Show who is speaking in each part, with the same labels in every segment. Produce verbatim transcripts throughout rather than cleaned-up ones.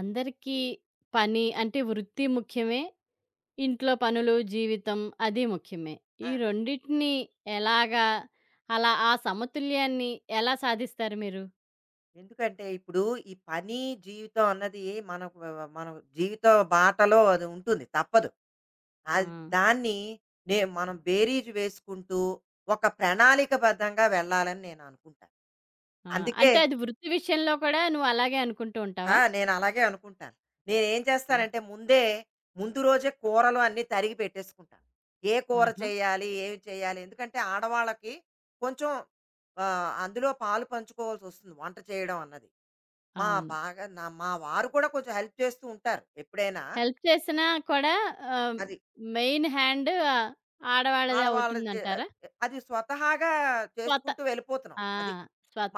Speaker 1: అందరికీ పని అంటే వృత్తి ముఖ్యమే. ఇంట్లో పనులు, జీవితం అది ముఖ్యమే.
Speaker 2: ఆ!
Speaker 1: ఈ రెండిటిని ఎలాగా అలా ఆ సమతుల్యాన్ని ఎలా సాధిస్తారు మీరు?
Speaker 2: ఎందుకంటే ఇప్పుడు ఈ పని, జీవితం అన్నది మనకు మన జీవితం బాటలో అది ఉంటుంది. తప్పదు.
Speaker 1: ఆ!
Speaker 2: అది దాన్ని నే మనం బేరీజు వేసుకుంటూ ఒక ప్రణాళికబద్ధంగా వెళ్ళాలని నేను అనుకుంటాను.
Speaker 1: ఆ!
Speaker 2: అందుకే
Speaker 1: అంటే అది వృత్తి విషయంలో కూడా నువ్వు అలాగే అనుకుంటూ
Speaker 2: ఆ!
Speaker 1: ఉంటావా?
Speaker 2: నేను అలాగే అనుకుంటాను. నేనేం
Speaker 1: ఆ!
Speaker 2: చేస్తానంటే ముందే ముందు రోజే కూరలు అన్నీ తరిగి పెట్టేసుకుంటాను. ఏ కూర
Speaker 1: ఆహా!
Speaker 2: చేయాలి? ఏమి చేయాలి? ఎందుకంటే ఆడవాళ్ళకి కొంచెం ఆహ్, అందులో పాలు పంచుకోవాల్సొస్తుంది వంట చేయడం అన్నది. మా
Speaker 1: అవును.
Speaker 2: బాగా నా మా వారు కూడా కొంచెం హెల్ప్ చేస్తూ ఉంటారు ఎప్పుడైనా.
Speaker 1: హెల్ప్ చేసినా కూడా ఆహ్,
Speaker 2: అది.
Speaker 1: మెయిన్ హ్యాండ్ ఆడవాళ్ళదే
Speaker 2: ఆడవాళ్ళ చే
Speaker 1: అవుతుందంటారా?
Speaker 2: అది స్వతహాగా
Speaker 1: స్వత
Speaker 2: చేసుకుంటూ వెళ్ళిపోతున్నాం.
Speaker 1: ఆ!
Speaker 2: అది.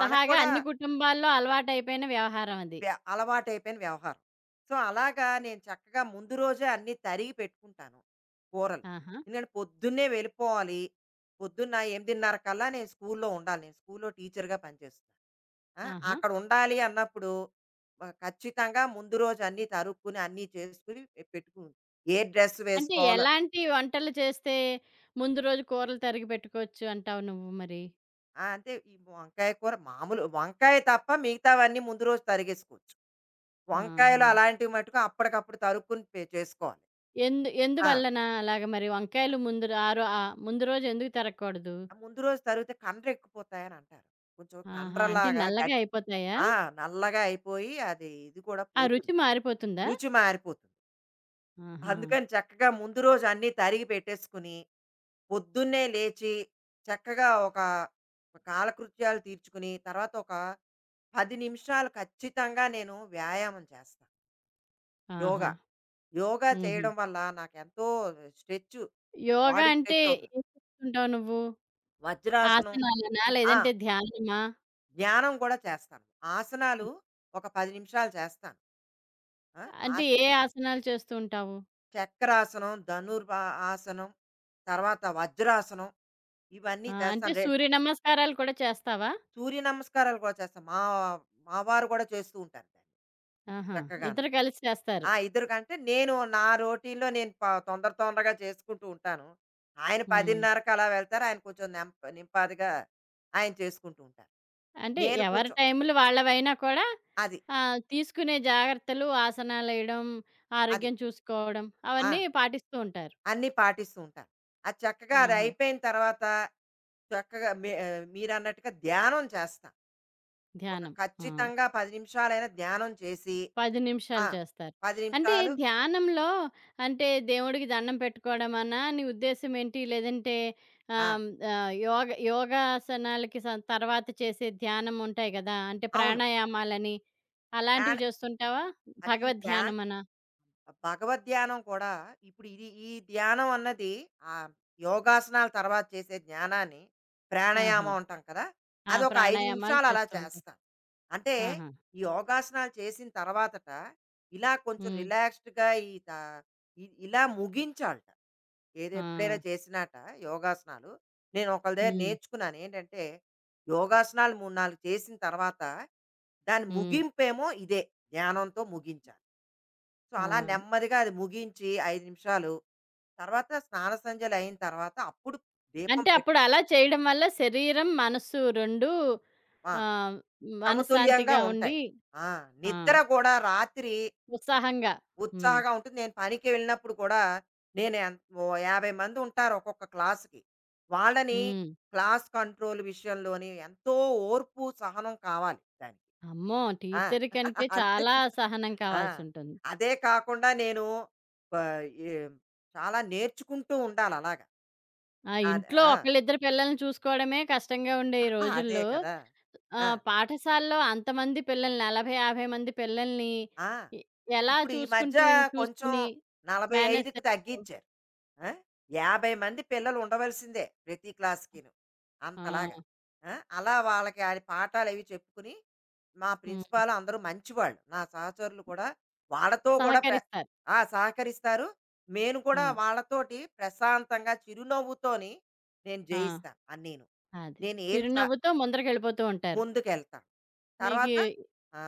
Speaker 2: మనకు కూడా
Speaker 1: అన్ని కుటుంబాల్లో అలవాటైపోయిన వ్యవహారం అది.
Speaker 2: వ్య- అలవాటైపోయిన వ్యవహారం. సో అలాగా నేను చక్కగా ముందు రోజే అన్ని తరిగి పెట్టుకుంటాను కూరలు.
Speaker 1: ఆహా!
Speaker 2: ఎందుకంటే పొద్దున్నే వెళ్ళిపోవాలి. పొద్దున్న ఎనిమిదిన్నర కల్లా నేను స్కూల్లో ఉండాలి. నేను స్కూల్లో టీచర్గా పనిచేస్తున్నాను. ఆ,
Speaker 1: ఆహా!
Speaker 2: అక్కడ ఉండాలి అన్నప్పుడు ఆ, ఖచ్చితంగా ముందు రోజు అన్నీ తరుక్కుని అన్నీ చేసుకుని పె- పెట్టుకుని ఏ డ్రెస్
Speaker 1: అంటే
Speaker 2: వేసుకోవాలో.
Speaker 1: ఎలాంటి వంటలు చేస్తే ముందు రోజు కూరలు తరిగి పెట్టుకోవచ్చు అంటావు నువ్వు మరి?
Speaker 2: ఆ, అంటే ఈ వంకాయ కూర, మామూలు వంకాయ తప్ప మిగతావన్నీ ముందు రోజు తరిగేసుకోవచ్చు.
Speaker 1: ఆహా!
Speaker 2: వంకాయలు అలాంటివి మటుకు అప్పటికప్పుడు తరుక్కుని పే- చేసుకోవాలి.
Speaker 1: ఎందు
Speaker 2: ఆ
Speaker 1: ఎందువల్లనా అలాగా మరి వంకాయలు ముందు ర ఆరో ఆ ముందు రోజు ఎందుకు తరగకూడదు?
Speaker 2: ఆ ముందు రోజు తరివితే కండ్రెక్కిపోతాయని అంటారు. కొంచెం
Speaker 1: ఆహా! అంటే
Speaker 2: కండ్రలాగా
Speaker 1: నల్లగా
Speaker 2: గట్టి.
Speaker 1: అయిపోతాయా?
Speaker 2: ఆ! నల్లగా అయిపోయి అది ఇది కూడా
Speaker 1: ఆ రుచి
Speaker 2: పోతుంది.
Speaker 1: మారిపోతుందా?
Speaker 2: రుచి మారిపోతుంది.
Speaker 1: ఆహా!
Speaker 2: అందుకని చక్కగా ముందు రోజు అన్నీ తరిగి పెట్టేసుకుని, పొద్దున్నే లేచి చక్కగా ఒక ఒక కాలకృత్యాలు తీర్చుకుని, తర్వాత ఒక పది నిమిషాలు ఖచ్చితంగా నేను వ్యాయామం చేస్తా.
Speaker 1: ఆహా!
Speaker 2: యోగా. యోగా
Speaker 1: హుహు.
Speaker 2: చేయడం వల్ల నాకెంతో స్ట్రెచ్చు,
Speaker 1: యోగా
Speaker 2: బాడీ
Speaker 1: అంటే
Speaker 2: స్ట్రెచ్ అవుతుంది.
Speaker 1: ఏం చేస్తుంటావు నువ్వు?
Speaker 2: వజ్రాసనం.
Speaker 1: ఆసనాలేనా?
Speaker 2: ఆ!
Speaker 1: లేదంటే ధ్యానమా?
Speaker 2: ధ్యానం కూడా చేస్తాను. ఆసనాలు ఒక పది నిమిషాలు చేస్తాను. ఆ!
Speaker 1: అంటే
Speaker 2: ఆస
Speaker 1: ఏ ఆసనాలు చేస్తూ ఉంటావు?
Speaker 2: చక్రాసనం, ధనుర్వా ఆసనం, తర్వాత వజ్రాసనం ఇవన్నీ
Speaker 1: ఆ! అంటే
Speaker 2: చేస్తాను. రె
Speaker 1: సూర్య నమస్కారాలు కూడా చేస్తావా?
Speaker 2: సూర్య నమస్కారాలు కూడా చేస్తాను. మా మా వారు కూడా చేస్తూ ఉంటారు దాన్ని
Speaker 1: ఆహా!
Speaker 2: చక్కగాను.
Speaker 1: ఇద్దరు కలిసి చేస్తారు.
Speaker 2: ఆ! ఇద్దరు కంటే నేను నా రొటీన్‌లో నేను ప తొందర తొందరగా చేసుకుంటూ ఉంటాను. ఆయన
Speaker 1: హ్మ్.
Speaker 2: 10:30కి అలా వెళ్తారు. ఆయన కొంచెం నెంప నింపాదిగా ఆయన చేసుకుంటూ ఉంటారు.
Speaker 1: అంటే
Speaker 2: నేను
Speaker 1: ఎవరి
Speaker 2: కొంచెం
Speaker 1: టైములు వాళ్ళవైనా కూడా
Speaker 2: అది.
Speaker 1: ఆహ్, తీసుకునే జాగ్రత్తలు, ఆసనాలేయడం,
Speaker 2: అది.
Speaker 1: ఆరోగ్యం చూసుకోవడం
Speaker 2: ఆ!
Speaker 1: అవన్నీ పాటిస్తూ ఉంటారు.
Speaker 2: అన్నీ పాటిస్తూ ఉంటాను. అది చక్కగా అది
Speaker 1: ఆహా!
Speaker 2: అయిపోయిన తర్వాత చక్కగా మీ ఆహ్, మీరన్నట్టుగా ధ్యానం చేస్తా. ఒక
Speaker 1: ధ్యానం. ఆ!
Speaker 2: ఖచ్చితంగా పది నిమిషాలైనా ధ్యానం చేసి
Speaker 1: పది
Speaker 2: ఆ!
Speaker 1: నిమిషాలు చేస్తారు.
Speaker 2: పది
Speaker 1: అంటే
Speaker 2: నిమిషాలు.
Speaker 1: ధ్యానంలో అంటే దేవుడికి దండం పెట్టుకోవడమనా నీ ఉద్దేశ్యం ఏంటి? లేదంటే
Speaker 2: ఆ!
Speaker 1: ఆహ్, ఆహ్, యోగ యోగాసనాలకి సం తర్వాత చేసే ధ్యానం ఉంటాయి గదా! అంటే
Speaker 2: అవును.
Speaker 1: ప్రాణాయామాలని అలాంటివి
Speaker 2: ప్రాణ
Speaker 1: చేస్తుంటావా?
Speaker 2: అది ఈ
Speaker 1: భగవద్
Speaker 2: ప్రాణ
Speaker 1: ధ్యానమనా?
Speaker 2: భగవద్ ధ్యానం కూడా. ఇప్పుడు ఇది ఈ ధ్యానం అన్నది, ఆ యోగాసనాల తర్వాత చేసే జ్ఞానాన్ని
Speaker 1: ఆహా!
Speaker 2: ప్రాణాయామం అంటాం కదా,
Speaker 1: ఆ!
Speaker 2: అది ఒక ఐదు
Speaker 1: ప్రాణాయామాలు
Speaker 2: నిమిషాలు అలా
Speaker 1: చేస్తూ ఉంటారు.
Speaker 2: చేస్తాం. అంటే
Speaker 1: ఆహా!
Speaker 2: ఈ యోగాసనాలు చేసిన తర్వాతట ఇలా కొంచెం
Speaker 1: హ్మ్.
Speaker 2: రిలాక్స్డ్గా ఈ తా- ఇ- ఇలా ముగించాలట. ఏది
Speaker 1: ఆ!
Speaker 2: ఎప్పుడైనా చేసినాట, యోగాసనాలు, నేను ఒకళ్ళ దగ్గర
Speaker 1: హ్మ్.
Speaker 2: నేర్చుకున్నాను ఏంటంటే యోగాసనాలు మూడు నాలుగు చేసిన తర్వాత దాని
Speaker 1: హ్మ్.
Speaker 2: ముగింపేమో ఇదే, ధ్యానంతో ముగించాలి. సో,
Speaker 1: ఆ!
Speaker 2: అలా నెమ్మదిగా అది ముగించి ఐదు నిమిషాలు, తర్వాత స్నాన సంధ్యలు అయిన తర్వాత అప్పుడు దీపం
Speaker 1: అంటే
Speaker 2: పెట్
Speaker 1: అప్పుడు అలా చేయడం వల్ల శరీరం, మనస్సు రెండూ
Speaker 2: ఆ!
Speaker 1: ఆహ్,
Speaker 2: సమతుల్యంగా
Speaker 1: మనశ్శాంతిగా
Speaker 2: ఉంటాయి.
Speaker 1: ఉండి
Speaker 2: ఆ!
Speaker 1: ఆ!
Speaker 2: నిద్ర కూడా రాత్రి
Speaker 1: ఉత్సాహంగా. హ్మ్.
Speaker 2: ఉత్సాహంగా ఉంటుంది. నేను పనికి వెళ్ళినప్పుడు కూడా నేను ఎం ఓ యాభై మంది ఉంటారు ఒక్కొక్క క్లాస్‌కి. వాళ్ళని
Speaker 1: హ్మ్.
Speaker 2: క్లాస్ కంట్రోల్ విషయంలోని ఎంతో ఓర్పు, సహనం కావాలి దానికి.
Speaker 1: అమ్మో!
Speaker 2: ఆ!
Speaker 1: టీచర్ కంటే
Speaker 2: అంతే.
Speaker 1: చాలా సహనం
Speaker 2: ఆ!
Speaker 1: కావాల్సుంటుంది.
Speaker 2: అదే కాకుండా నేను ప ఎ చాలా నేర్చుకుంటూ ఉండాలి అలాగ.
Speaker 1: ఆ!
Speaker 2: అద్
Speaker 1: ఇంట్లో
Speaker 2: ఆ!
Speaker 1: ఒకళ్ళిద్దరు పిల్లల్ని చూసుకోవడమే కష్టంగా ఉండే ఈ
Speaker 2: ఆహా, అదే
Speaker 1: రోజుల్లో
Speaker 2: కదా! ఆ!
Speaker 1: ఆహ్, పాఠశాలలో అంతమంది పిల్లల్ని నలభై, యాభై మంది పిల్లల్ని
Speaker 2: ఆ!
Speaker 1: ఎ ఎలా
Speaker 2: ఇప్పుడు ఈ మధ్య
Speaker 1: చూసుకుంటూ
Speaker 2: కొంచెం
Speaker 1: చూసుకుని మేనేజ్
Speaker 2: నలభై ఐదుకి
Speaker 1: చేస్తావు?
Speaker 2: తగ్గిచ్చారు. ఆ! యాభై మంది పిల్లలు ఉండవలసిందే ప్రతి క్లాస్‌కిను. అంతలాగా.
Speaker 1: ఆ!
Speaker 2: ఆ! అలా వాళ్ళకి అది పాఠాలవి చెప్పుకుని, మా
Speaker 1: హ్మ్.
Speaker 2: ప్రిన్సిపాల్ అందరూ మంచివాళ్ళు. నా సహచరులు కూడా వాళ్ళతో కూడా ప్ర
Speaker 1: సహకరిస్తారు.
Speaker 2: ఆ! సహకరిస్తారు. నేను
Speaker 1: ఆ!
Speaker 2: కూడా వాళ్ళతోటి ప్రశాంతంగా చిరునవ్వుతోని నేను
Speaker 1: ఆ!
Speaker 2: జయిస్తాను అన్నీను.
Speaker 1: అది.
Speaker 2: నేను నేను ఏం స
Speaker 1: చిరునవ్వుతో ముందరకెళ్ళిపోతూ ఉంటారు.
Speaker 2: ముందుకెళ్తాను.
Speaker 1: మీకీ
Speaker 2: తర్వాత ఆ!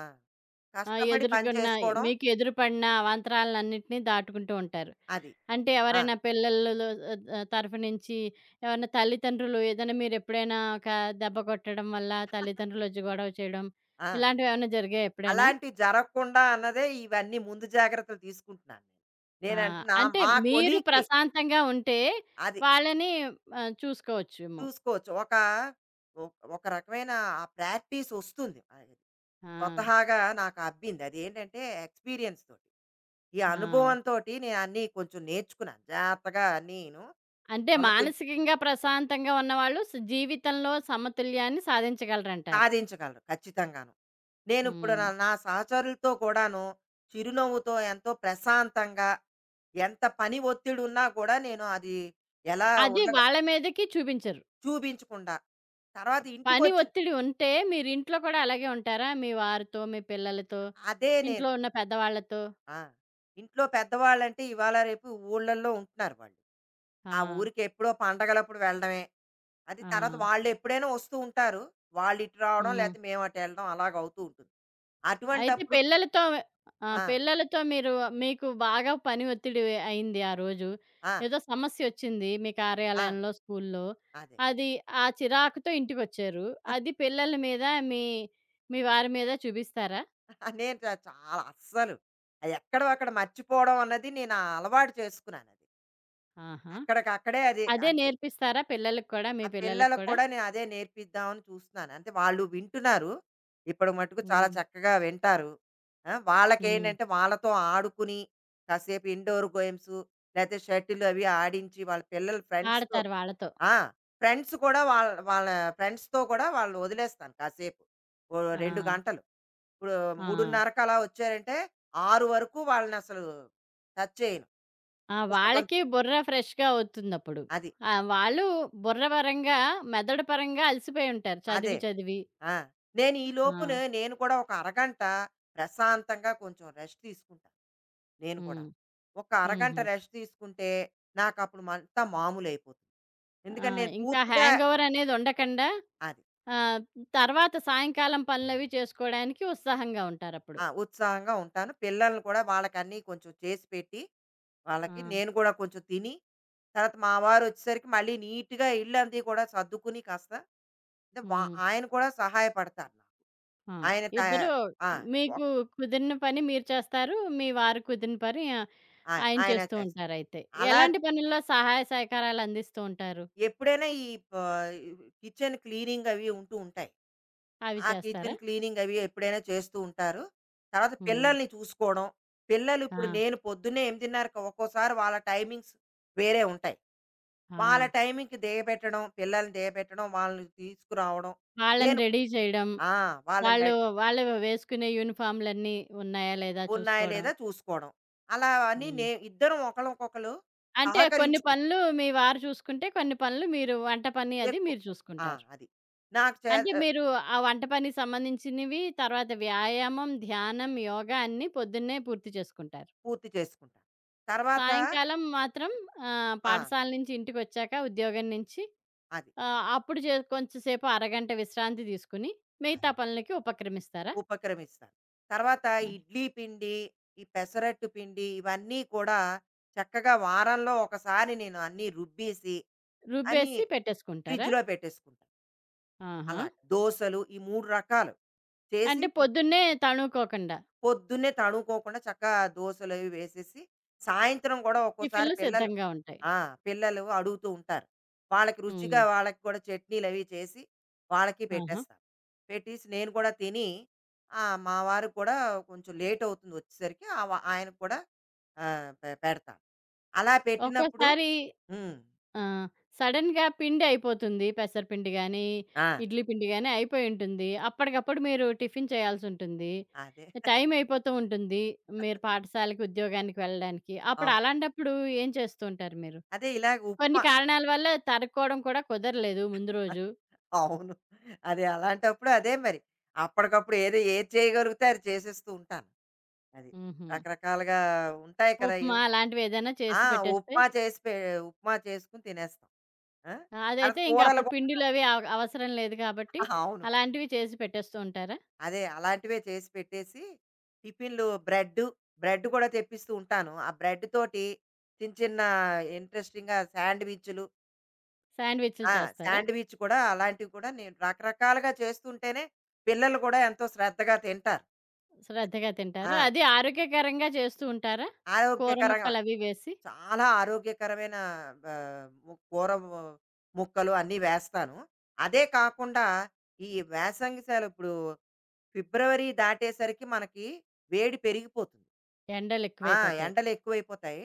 Speaker 1: ఆహ్,
Speaker 2: కష్టపడి పని
Speaker 1: ఎదురుగున్న
Speaker 2: చేసుకోవడం
Speaker 1: మీకు ఎదురుపడిన అవాంతరాలన్నిటిని దాటుకుంటూ ఉంటారు.
Speaker 2: అది.
Speaker 1: అంటే
Speaker 2: ఆ!
Speaker 1: ఎవరైనా పిల్లలలో ఆహ్, ఆహ్, తరఫు నుంచి ఎవరైనా తల్లిదండ్రులు ఏదైనా మీరెప్పుడైనా ఒక దెబ్బ కొట్టడం వల్ల తల్లిదండ్రులొచ్చి గొడవ చేయడం,
Speaker 2: ఆ!
Speaker 1: ఇలాంటివేమైనా జరిగాయా ఎప్పుడైనా?
Speaker 2: అలాంటివి జరగకుండా అన్నదే ఇవన్నీ ముందు జాగ్రత్తలు తీసుకుంటున్నాను
Speaker 1: ఆ!
Speaker 2: నేను. నేనంటే నా
Speaker 1: అంటే
Speaker 2: మా
Speaker 1: మీరు
Speaker 2: కొలీగ్‌కి
Speaker 1: ప్రశాంతంగా ఉంటే
Speaker 2: అది
Speaker 1: వాళ్ళని ఆహ్, చూసుకోవచ్చేమో.
Speaker 2: చూసుకోవచ్చు. ఒక ఒ ఒక రకమైన ఆ ప్రాక్టీస్ వస్తుంది. అది
Speaker 1: ఆ!
Speaker 2: స్వతహాగా నాకు అబ్బింది. అదేంటంటే ఎక్స్‌పీరియన్స్ తోటి. ఈ
Speaker 1: ఆ!
Speaker 2: అనుభవంతోటి నేను అన్నీ కొంచెం నేర్చుకున్నాను, జాగ్రత్తగా అన్నీను.
Speaker 1: అంటే
Speaker 2: సమతుల్
Speaker 1: మానసికంగా ప్రశాంతంగా ఉన్నవాళ్ళు స్ జీవితంలో సమతుల్యాన్ని సాధించగలరంటారు.
Speaker 2: సాధించగలరు ఖచ్చితంగాను. నేనిప్పుడు
Speaker 1: హ్మ్.
Speaker 2: నా నా సహచరులతో కూడాను చిరునవ్వుతో ఎంతో ప్రశాంతంగా ఎంత పని ఒత్తిడి ఉన్నా కూడా నేను అది ఎలా
Speaker 1: అది
Speaker 2: ఉండగ
Speaker 1: వాళ్ళ మీదకి చూపించరు.
Speaker 2: చూపించకుండా తర్వాత
Speaker 1: పని
Speaker 2: ఇంటికొచ్చిన
Speaker 1: ఒత్తిడి ఉంటే మీరింట్లో కూడా అలాగే ఉంటారా? మీ వారితో, మీ పిల్లలతో,
Speaker 2: అదే నేను.
Speaker 1: ఇంట్లో ఉన్న పెద్దవాళ్ళతో?
Speaker 2: ఆ! ఇంట్లో పెద్దవాళ్ళంటే ఇవాళ రేపు ఊళ్ళల్లో ఉంటున్నారు వాళ్ళు.
Speaker 1: ఆ!
Speaker 2: ఆ ఊరికి ఎప్పుడో పండగలప్పుడు వెళ్ళడమే. అది.
Speaker 1: ఆ!
Speaker 2: తర్వాత వాళ్ళెప్పుడైనా వస్తూ ఉంటారు. వాళ్ళిటు రావడం
Speaker 1: హ్మ్.
Speaker 2: లేతే మేము అటెళ్ళడం అలాగవుతూ ఉంటుంది.
Speaker 1: అయితే
Speaker 2: అటువంటప్పుడు
Speaker 1: పిల్లలతో ఆ!
Speaker 2: ఆ!
Speaker 1: పిల్లలతో మీరు మీకు బాగా పని ఒత్తిడి అయింది ఆ రోజు.
Speaker 2: ఆ!
Speaker 1: ఏదో సమస్యొచ్చింది మీ
Speaker 2: ఆ!
Speaker 1: కార్యాలయంలో, స్కూల్లో.
Speaker 2: అదే.
Speaker 1: అది ఆ చిరాకుతో ఇంటికొచ్చారు. అది పిల్లల మీద మీ, మీ వారి మీద చూపిస్తారా?
Speaker 2: నేను చ చాలా అస్సలు అది ఎక్కడో అక్కడ మర్చిపోవడం అన్నది నేను ఆ అలవాటు చేసుకున్నాను అది.
Speaker 1: ఆహా!
Speaker 2: అక్కడికక్కడే అది
Speaker 1: అదే
Speaker 2: అంతే.
Speaker 1: నేర్పిస్తారా పిల్లలకి కూడా? మీ
Speaker 2: ఆ
Speaker 1: పిల్లలకి
Speaker 2: పిల్లలకు
Speaker 1: కూడా?
Speaker 2: కూడా నేను అదే నేర్పిద్దామని చూస్తున్నాను. అంటే వాళ్ళు వింటున్నారు. ఇప్పుడు మటుకు చాలా
Speaker 1: హ్మ్.
Speaker 2: చక్కగా వింటారు. ఆ!
Speaker 1: హ్మ్.
Speaker 2: వాళ్ళకేంటంటే వాళ్ళతో ఆడుకుని కాసేపు ఇండోర్ గేమ్స్, లేతే షటిల్ అవి ఆడించి వాళ్ళ పిల్లల ఫ్రెండ్స్‌తో
Speaker 1: ఆడతారు వాళ్ళతో.
Speaker 2: ఆ! ఫ్రెండ్స్ కూడా వాళ్ళ వాళ్ళ ఫ్రెండ్స్‌తో కూడా వాళ్ళు వదిలేస్తాను కాసేపు. ఓ
Speaker 1: ఆ!
Speaker 2: రెండు గంటలు. ఇప్పుడు
Speaker 1: ఆ!
Speaker 2: 3:30కి అలా వచ్చారంటే ఆరు వరకు వాళ్ళనసలు టచ్ చేయను.
Speaker 1: ఆ!
Speaker 2: పుస్తకం
Speaker 1: వాళ్ళకి బుర్ర ఫ్రెష్‌గా అవుతుందప్పుడు.
Speaker 2: అది.
Speaker 1: ఆ! వాళ్ళు బుర్ర పరంగా, మెదడు పరంగా అలసిపోయుంటారు
Speaker 2: అదే.
Speaker 1: చదివి చదివి.
Speaker 2: ఆ! నేను ఈ
Speaker 1: ఆ!
Speaker 2: లోపున నేను కూడా ఒక అరగంట ప్రశాంతంగా కొంచెం రెస్ట్ తీసుకుంటాను. నేను
Speaker 1: హ్మ్.
Speaker 2: కూడాను. ఒక అరగంట
Speaker 1: హుహు.
Speaker 2: రెస్ట్ తీసుకుంటే నాకప్పుడు అంతా మామూలయిపోతుంది.
Speaker 1: ఆ!
Speaker 2: ఎందుకంటే నేను
Speaker 1: ఇంకా
Speaker 2: పూర్తిగా
Speaker 1: హ్యాంగోవర్ అనేది ఉండకుండా
Speaker 2: అది.
Speaker 1: ఆహ్, తర్వాత సాయంకాలం పనులవి చేసుకోవడానికి ఉత్సాహంగా ఉంటారప్పుడు.
Speaker 2: ఆ! ఉత్సాహంగా ఉంటాను. పిల్లల్ని కూడా వాళ్ళకన్నీ కొంచెం చేసి పెట్టి వాళ్ళకి
Speaker 1: ఆ!
Speaker 2: నేను కూడా కొంచెం తిని, తర్వాత మా వారు వచ్చేసరికి మళ్ళీ నీట్‌గా ఇల్లంది కూడా సర్దుకుని కాస్త అంటే వా
Speaker 1: హ్మ్.
Speaker 2: ఆయన కూడా సహాయపడతారు నాకు.
Speaker 1: ఆ!
Speaker 2: ఆయన త
Speaker 1: ఇద్దరూ
Speaker 2: ఆ!
Speaker 1: మీకు
Speaker 2: ఒక్
Speaker 1: కుదిరిన పని మీరు చేస్తారు. మీ వారు కుదిరిన పని
Speaker 2: ఆ!
Speaker 1: ఆయన
Speaker 2: ఆయన
Speaker 1: చేస్తూ
Speaker 2: చేస్తా.
Speaker 1: ఉంటారయితే.
Speaker 2: అలా
Speaker 1: ఎలాంటి పనుల్లో సహాయ సహకారాలు అందిస్తూ ఉంటారు?
Speaker 2: ఎప్పుడైనా ఈ ప కిచెన్ క్లీనింగ్ అవి ఉంటూ ఉంటాయి.
Speaker 1: అవి
Speaker 2: ఆ
Speaker 1: చేస్తారా?
Speaker 2: కిచెన్ క్లీనింగ్ అవి ఎప్పుడైనా చేస్తూ ఉంటారు. తర్వాత
Speaker 1: హ్మ్.
Speaker 2: పిల్లల్ని చూసుకోవడం. పిల్లలు
Speaker 1: ఆ!
Speaker 2: ఇప్పుడు నేను పొద్దున్నే 8:30కి, ఒక్కోసారి వాళ్ళ టైమింగ్స్ వేరే ఉంటాయి.
Speaker 1: ఆ!
Speaker 2: వాళ్ళ టైంకి దిగబెట్టడం, పిల్లల్ని దిగబెట్టడం, వాళ్ళని తీసుకురావడం.
Speaker 1: వాళ్ళని
Speaker 2: నేను
Speaker 1: రెడీ చేయడం,
Speaker 2: ఆ! వాళ్ళని
Speaker 1: వాళ్ళు
Speaker 2: రెడీ
Speaker 1: వాళ్ళు వేసుకునే యూనిఫార్మ్‌లన్నీ ఉన్నాయా లేదా
Speaker 2: ఉన్నాయా
Speaker 1: చూసుకోవడం.
Speaker 2: లేదా చూసుకోవడం. అలా అని
Speaker 1: హ్మ్.
Speaker 2: నే ఇద్దరం ఒకళ్ళకొకళ్ళు
Speaker 1: అంటే కొన్ని
Speaker 2: సహకరించుకుంటాం.
Speaker 1: పనులు మీ వారు చూసుకుంటే, కొన్ని పనులు మీరు వంట పని అది
Speaker 2: ఎక్కువ
Speaker 1: మీరు
Speaker 2: ఆ!
Speaker 1: చూసుకుంటారు.
Speaker 2: అది. నాకు చే
Speaker 1: అంటే
Speaker 2: ఆహ్,
Speaker 1: మీరు ఆ వంట పనికి సంబంధించినవి, తర్వాత వ్యాయామం, ధ్యానం, యోగా అన్నీ పొద్దున్నే పూర్తి చేసుకుంటారు.
Speaker 2: పూర్తి చేసుకుంటాను. తర్వాత
Speaker 1: సాయంకాలం మాత్రం ఆహ్,
Speaker 2: ఆ!
Speaker 1: పాఠశాల నుంచి ఇంటికొచ్చాక ఉద్యోగం నుంచి
Speaker 2: అది.
Speaker 1: ఆహ్, అప్పుడు చే కొంచెం సేపు అరగంట విశ్రాంతి తీసుకొని,
Speaker 2: అది.
Speaker 1: మిగతా పనులకి ఉపక్రమిస్తారా?
Speaker 2: ఉపక్రమిస్తాను. తర్వాత
Speaker 1: ఆ!
Speaker 2: ఇడ్లీ పిండి, ఈ పెసరట్టు పిండి ఇవన్నీ కూడా చక్కగా వారంలో ఒకసారి నేను అన్నీ రుబ్బేసి అని
Speaker 1: రుబ్బేసి పెట్టేసుకుంటారా?
Speaker 2: ఫ్రిడ్జ్‌లో పెట్టేసుకుంటాను.
Speaker 1: ఆహా!
Speaker 2: అలాగ. దోసలు ఈ మూడు రకాలు చేసి
Speaker 1: అంటే
Speaker 2: ఫ్రి
Speaker 1: పొద్దున్నే తణుకోకుండా
Speaker 2: పొద్దున్నే తడుముకోకుండా చక్కగా దోసలవి వేసేసి, సాయంత్రం గూడా ఒక్కోసారి
Speaker 1: టిఫిన్‌లు
Speaker 2: పిల్లలు
Speaker 1: సిద్ధంగా ఉంటాయి.
Speaker 2: ఆ! పిల్లలు అడుగుతూ ఉంటారు. వాళ్ళకి
Speaker 1: హ్మ్.
Speaker 2: రుచిగా వాళ్ళకి కూడా చట్నీలవి చేసి, వాళ్ళకి
Speaker 1: ఆహా!
Speaker 2: పెట్టేస్తాను. పెట్టేసి నేను కూడా తిని, ఆహ్, మా వారికి కూడా కొంచెం లేట్ అవుతుంది వచ్చేసరికి, ఆవ ఆయనకి కూడా ఆహ్, పె పెడతాను. అలా పెట్టినప్పుడు
Speaker 1: ఒక్కోసారి
Speaker 2: హ్మ్.
Speaker 1: ఆ! సడెన్‌గా పిండి అయిపోతుంది. పెసరపిండి గానీ,
Speaker 2: ఆ!
Speaker 1: ఇడ్లీ పిండి గానీ అయిపోయి ఉంటుంది. అప్పటికప్పుడు మీరు టిఫిన్ చేయాల్సుంటుంది.
Speaker 2: అదే.
Speaker 1: టైం అయిపోతూ ఉంటుంది. మీరు పాఠశాలకి, ఉద్యోగానికి వెళ్ళడానికి. అప్పుడు
Speaker 2: అవును.
Speaker 1: అలాంటప్పుడు ఏం చేస్తూ ఉంటారు మీరు?
Speaker 2: అదే ఇలాగ
Speaker 1: కొన్ని
Speaker 2: ఉప్మా.
Speaker 1: కారణాల వల్ల తరుక్కోవడం కూడా కుదరలేదు ముందు రోజు.
Speaker 2: అవును. అదే అలాంటప్పుడు అదే మరి. అప్పటికప్పుడు ఏది ఏది చేయగలిగితే అది చేసేస్తూ ఉంటాను. అది.
Speaker 1: హుహు.
Speaker 2: రకరకాలుగా ఉంటాయి కదా!
Speaker 1: ఉప్మా
Speaker 2: ఏవ్
Speaker 1: అలాంటివేదైనా
Speaker 2: ఆ!
Speaker 1: చేసి పెట్టేస్తే
Speaker 2: ఉప్మా చేసి పె ఉప్మా చేసుకొని తినేస్తాం. ఆ!
Speaker 1: ఆ,
Speaker 2: తర్వాత
Speaker 1: అదైతే ఇంక
Speaker 2: కూరలు
Speaker 1: అప్పుడు
Speaker 2: కూడా
Speaker 1: పిండిలవి అవ అవసరం లేదు కాబట్టి
Speaker 2: అవును.
Speaker 1: అలాంటివి చేసి పెట్టేస్తూ ఉంటారా?
Speaker 2: అదే అలాంటివే చేసి పెట్టేసి టిఫిన్‌లు బ్రెడ్డు, బ్రెడ్ కూడా తెప్పిస్తూ ఉంటాను. ఆ బ్రెడ్ తోటి చిన్న చిన్న ఇంట్రెస్టింగ్‌గా శాండ్‌విచ్‌లు.
Speaker 1: శాండ్‌విచ్‌లు
Speaker 2: ఆ!
Speaker 1: చేస్తారా?
Speaker 2: శాండ్‌విచ్ కూడా అలాంటివి కూడా నేను రకరకాలుగా చేస్తుంటేనే పిల్లలు కూడా ఎంతో శ్రద్ధగా తింటారు. అది.
Speaker 1: శ్రద్ధగా
Speaker 2: ఆ!
Speaker 1: తింటారు. అది ఆరోగ్యకరంగా చేస్తూ ఉంటారా? కూర
Speaker 2: ఆరోగ్యకరంగా
Speaker 1: ముక్కలవి వేసి?
Speaker 2: చాలా ఆరోగ్యకరమైన ఆహ్, ము కూర ము ముక్కలు అన్నీ వేస్తాను. అదే కాకుండా ఈ వేసంగి సెలవు ఇప్పుడు ఫిబ్రవరి దాటేసరికి మనకి వేడి పెరిగిపోతుంది. ఆ!
Speaker 1: ఎండలెక్కువైపోతాయి.
Speaker 2: ఎండలు ఎక్కువైపోతాయి.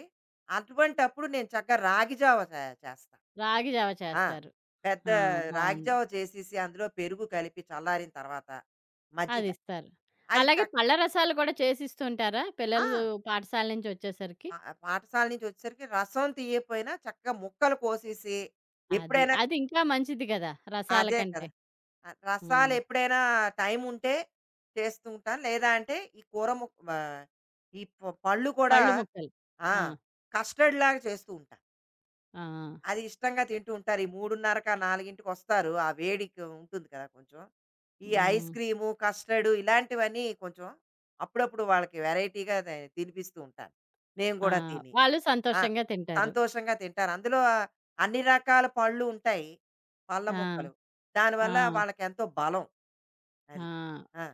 Speaker 2: అటువంటప్పుడు నేను చక్కగా రాగి జావ చే చేస్తా.
Speaker 1: రాగి జావ
Speaker 2: ఆ!
Speaker 1: చేస్తారు.
Speaker 2: పెద్ద
Speaker 1: ఆ!
Speaker 2: రాగి
Speaker 1: బావుంది.
Speaker 2: జావ చేసేసి అందులో పెరుగు కలిపి చల్లారిన తర్వాత మజ్జిగ
Speaker 1: అదిస్తారు.
Speaker 2: అది
Speaker 1: అలాగే
Speaker 2: చక్
Speaker 1: పళ్ళ రసాలు కూడా చేసిస్తూ ఉంటారా? పిల్లలు
Speaker 2: ఆ!
Speaker 1: పాఠశాల నుంచొచ్చేసరికి?
Speaker 2: పా పాఠశాల నుంచి వచ్చేసరికి రసం తీయకపోయినా చక్కగా ముక్కలు కోసేసి
Speaker 1: అది.
Speaker 2: ఎప్పుడైనా
Speaker 1: అది ఇంకా మంచిది గదా! రసాల
Speaker 2: అదే
Speaker 1: కంటే.
Speaker 2: కదా! ఆహ్,
Speaker 1: హ్మ్.
Speaker 2: రసాలు ఎప్పుడైనా టైం ఉంటే చేస్తూ ఉంటాను. లేదా అంటే ఈ కూర ముక్ ఆహ్, ఈ ప పళ్ళు కూడా
Speaker 1: పళ్ళు ముక్కలు.
Speaker 2: ఆ!
Speaker 1: ఆ!
Speaker 2: కస్టర్డ్‌లాగా చేస్తూ ఉంటాను.
Speaker 1: ఆ! ఆ!
Speaker 2: అది ఇష్టంగా తింటూ ఉంటారు. ఈ 3:30క, నాలుగుకి వస్తారు. ఆ వేడికి ఉంటుంది కదా కొంచెం. ఈ ఐస్
Speaker 1: హ్మ్.
Speaker 2: క్రీము, కస్టర్డు ఇలాంటివన్నీ కొంచెం అప్పుడప్పుడు వాళ్ళకి వెరైటీగా తే తినిపిస్తూ ఉంటాను. నేను
Speaker 1: ఆ!
Speaker 2: గూడా తిని.
Speaker 1: వాళ్ళు
Speaker 2: ఆ!
Speaker 1: సంతోషంగా తింటారు.
Speaker 2: సంతోషంగా తింటారు. అందులో అన్ని రకాల పళ్ళు ఉంటాయి. పళ్ళ
Speaker 1: ఆ!
Speaker 2: మొక్కలు. దానివల్ల
Speaker 1: ఆ!
Speaker 2: వాళ్ళకెంతో బలం.
Speaker 1: ఆ!
Speaker 2: అది. ఆ!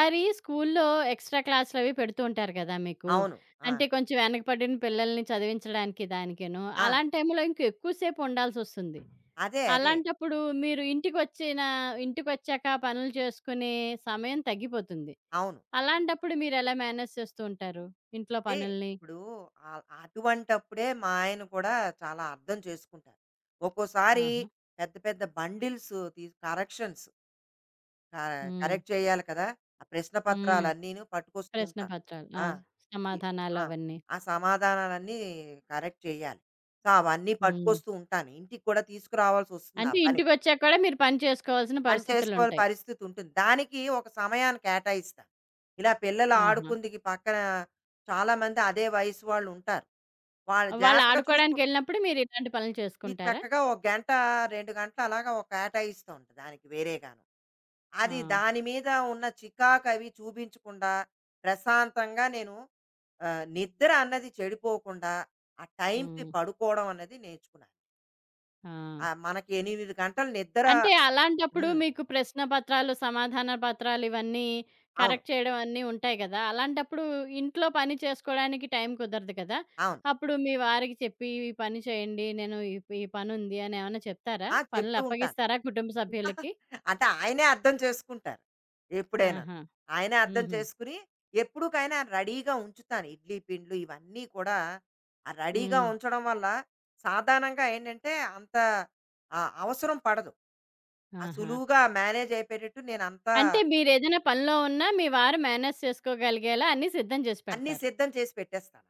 Speaker 2: ఇ
Speaker 1: స్కూల్లో ఎక్స్‌ట్రా క్లాస్‌లవి పెడుతూ ఉంటారు కదా! మీకు.
Speaker 2: అవును. ఆ!
Speaker 1: అంటే కొంచెం వెనకపడిన పిల్లల్ని చదివించడానికి దానికేను.
Speaker 2: ఆ!
Speaker 1: అలాంటి టైంలో ఇంకా ఎక్కువ సేపు ఉండాల్సొస్తుంది.
Speaker 2: అదే. అదే.
Speaker 1: అలాంటప్పుడు మీరు ఇంటికొచ్చిన ఇంటికొచ్చాక పనులు చేసుకునే సమయం తగ్గిపోతుంది.
Speaker 2: అవును.
Speaker 1: అలాంటప్పుడు మీరెలా మేనేజ్ చేస్తూ ఉంటారు? ఇంట్లో
Speaker 2: అదే.
Speaker 1: పనుల్ని?
Speaker 2: ఇప్పుడు ఆ- అటువంటప్పుడే మా ఆయన కూడా చాలా అర్థం చేసుకుంటారు. ఒక్కోసారి
Speaker 1: ఆహా!
Speaker 2: పెద్ద పెద్ద బండిల్స్, తీ కరెక్షన్స్
Speaker 1: హ్మ్.
Speaker 2: కరెక్ట్ చేయాలి కదా. ఆ ప్రశ్న
Speaker 1: హ్మ్.
Speaker 2: పత్రాలు అన్నీను పట్టుకొస్తూ
Speaker 1: ప్రశ్న
Speaker 2: ఉంటారు.
Speaker 1: పత్రాలు. ఆ!
Speaker 2: ఆ, ఈ-
Speaker 1: సమాధానాలు
Speaker 2: ఆ
Speaker 1: అవన్నీ.
Speaker 2: ఆ సమాధానాలన్నీ కరెక్ట్ చేయాలి. సో అవన్నీ
Speaker 1: హ్మ్.
Speaker 2: పట్టుకొస్తూ ఉంటాను. ఇంటికి కూడా తీసుకురావాల్సి వస్తుంది ఆ
Speaker 1: అంటే
Speaker 2: పని.
Speaker 1: ఇంటికొచ్చాక కూడా మీరు పని చేసుకోవాల్సిన
Speaker 2: పని చేసుకోవాలి
Speaker 1: పరిస్థితులుంటాయి.
Speaker 2: పరిస్థితి ఉంటుంది. దానికి ఒక సమయాన్ని కేటాయిస్తాను. ఇలా పిల్లలు
Speaker 1: ఆహా!
Speaker 2: ఆడుకుందికి పక్కన చాలా మంది అదే వయసు వాళ్ళు ఉంటారు, వాళ్ళు
Speaker 1: వాళ్ళు
Speaker 2: జాగ్రత్తగా చూసుకుంటారు.
Speaker 1: ఆడుకోవడానికెళ్ళినప్పుడు మీరిలాంటి పనులు
Speaker 2: ఈ
Speaker 1: చేసుకుంటారా?
Speaker 2: చక్కగా ఒక గంట, రెండు గంటలు అలాగా ఒక కేటాయిస్తూ ఉంటా దానికి వేరేగాను.
Speaker 1: ఆ!
Speaker 2: అది దాని మీద ఉన్న చికాకు అవి చూపించకుండా, ప్రశాంతంగా నేను, ఆహ్, నిద్ర అన్నది చెడిపోకుండా, ఆ టైంకి
Speaker 1: హ్మ్.
Speaker 2: పడుకోవడం అన్నది నేర్చుకున్నాను.
Speaker 1: ఆ!
Speaker 2: ఆహ్, మనకి ఎనిమిది గంటలు నిద్ర.
Speaker 1: అంటే అలాంటప్పుడు
Speaker 2: హ్మ్.
Speaker 1: మీకు ప్రశ్న పత్రాలు, సమాధాన పత్రాలు ఇవన్నీ
Speaker 2: అవును.
Speaker 1: కరెక్ట్ చేయడం అన్నీ ఉంటాయి గదా! అలాంటప్పుడు ఇంట్లో పని చేసుకోవడానికి టైం కుదరదు కదా!
Speaker 2: అవును.
Speaker 1: అప్పుడు మీ వారికి చెప్పి ఈ పని చేయండి. నేను ఈ ఈ పనుంది అని ఏమన్నా చెప్తారా?
Speaker 2: ఆ!
Speaker 1: పనులు
Speaker 2: చెప్తూ ఉంటాను.
Speaker 1: అప్పగిస్తారా కుటుంబ సభ్యులకి?
Speaker 2: అంటే ఆయనే అర్థం చేసుకుంటారు. ఎప్పుడైనాను.
Speaker 1: ఆహా!
Speaker 2: ఆయనే అర్థం
Speaker 1: హుహు.
Speaker 2: చేసుకుని, ఎప్పుడుకైనా రెడీగా ఉంచుతాను. ఇడ్లీ పిండ్లు ఇవన్నీ కూడా ఆ రెడీగా
Speaker 1: హ్మ్.
Speaker 2: ఉంచడం వల్ల సాధారణంగా ఏంటంటే అంత ఆహ్, అవసరం పడదు. ఆ
Speaker 1: ఆహా!
Speaker 2: సులువుగా మేనేజ్ అయిపోయేటట్టు నేనంతా
Speaker 1: అంటే మీరేదైనా పనిలో ఉన్నా మీ వారు మేనేజ్ చేసుకోగలిగేలా అన్నీ సిద్ధం చేసి
Speaker 2: అన్నీ
Speaker 1: పెడతారు.
Speaker 2: సిద్ధం చేసి పెట్టేస్తాను.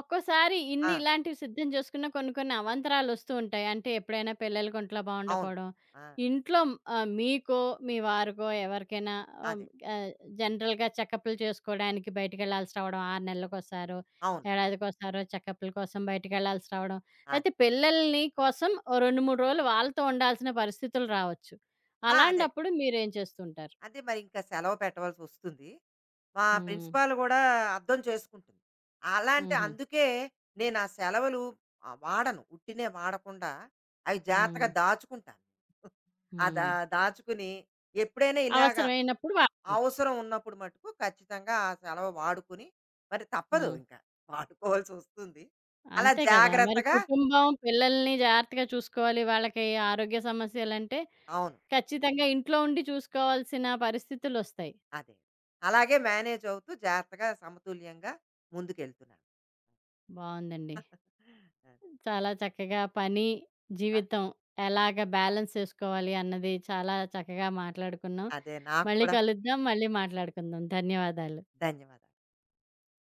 Speaker 1: ఒక్కోసారి
Speaker 2: అక్కడ.
Speaker 1: ఇన్ని
Speaker 2: ఆ!
Speaker 1: ఇలాంటివి సిద్ధం చేసుకున్న కొన్ని కొన్ని అవాంతరాలొస్తూ ఉంటాయి. అంటే ఎప్పుడైనా పిల్లలకి ఒంట్లో
Speaker 2: అవును.
Speaker 1: బాగుండపోవడం,
Speaker 2: ఆ!
Speaker 1: ఇంట్లో ఆహ్, మీకో, మీ వారికో ఎవరికైనా ఆహ్,
Speaker 2: అదే.
Speaker 1: ఆహ్, జనరల్‌గా చెకప్‌లు చేసుకోవడానికి బయటికెళ్ళాల్సి రావడం ఆరు నెలలకోసారో,
Speaker 2: అవును.
Speaker 1: ఏడాదికోసారో చెకప్‌ల కోసం బయటికెళ్ళాల్సి రావడం.
Speaker 2: అదే.
Speaker 1: లేతే పిల్లల్ని కోసం ఓ రెండు, మూడు రోజులు వాళ్ళతో ఉండాల్సిన పరిస్థితులు రావచ్చు.
Speaker 2: ఆ! అదే.
Speaker 1: అలాంటప్పుడు మీరేం చేస్తూ ఉంటారు?
Speaker 2: అదే మరి ఇంకా సెలవు పెట్టవలసొస్తుంది. మా
Speaker 1: హ్మ్.
Speaker 2: ప్రిన్సిపాల్ గూడా అర్థం చేసుకుంటుంది. అలాంటి
Speaker 1: హుహు.
Speaker 2: అందుకే నేను ఆ సెలవులు ఆహ్, వాడను. ఉట్టినే వాడకుండా అవి జాగ్రత్తగా
Speaker 1: హ్మ్.
Speaker 2: దాచుకుంటాను. ఆ దా
Speaker 1: హ్మ్.
Speaker 2: దాచుకుని ఎప్పుడైనా ఇలాగ
Speaker 1: అవసరమైనప్పుడు
Speaker 2: అ
Speaker 1: వాడతారు.
Speaker 2: అవసరం ఉన్నప్పుడు మటుకు ఖచ్చితంగా ఆ సెలవు వాడుకుని, మరి తప్పదు
Speaker 1: హ్మ్.
Speaker 2: ఇంకా. వాడుకోవాల్సొస్తుంది. అలా
Speaker 1: అంతే కదా! మరి
Speaker 2: జాగ్రత్తగా
Speaker 1: కుటుంబం, పిల్లల్ని జాగ్రత్తగా చూసుకోవాలి. వాళ్ళకి ఆరోగ్య సమస్యలంటే
Speaker 2: అవును.
Speaker 1: ఖచ్చితంగా ఇంట్లో ఉండి చూసుకోవాల్సిన పరిస్థితులొస్తాయి.
Speaker 2: అదే. అలాగే మేనేజ్ అవుతూ జాగ్రత్తగా సమతుల్యంగా ముందుకెళ్తున్నాను.
Speaker 1: బావుందండి. చాలా చక్కగా పని, జీవితం ఎలాగ బ్యాలెన్స్ చేసుకోవాలి అన్నది చాలా చక్కగా మాట్లాడుకున్నాం.
Speaker 2: అదే. నాకు
Speaker 1: మళ్ళీ
Speaker 2: కూడా
Speaker 1: కలుద్దాం. మళ్ళీ మాట్లాడుకుందాం. ధన్యవాదాలు.
Speaker 2: ధన్యవాదాలు.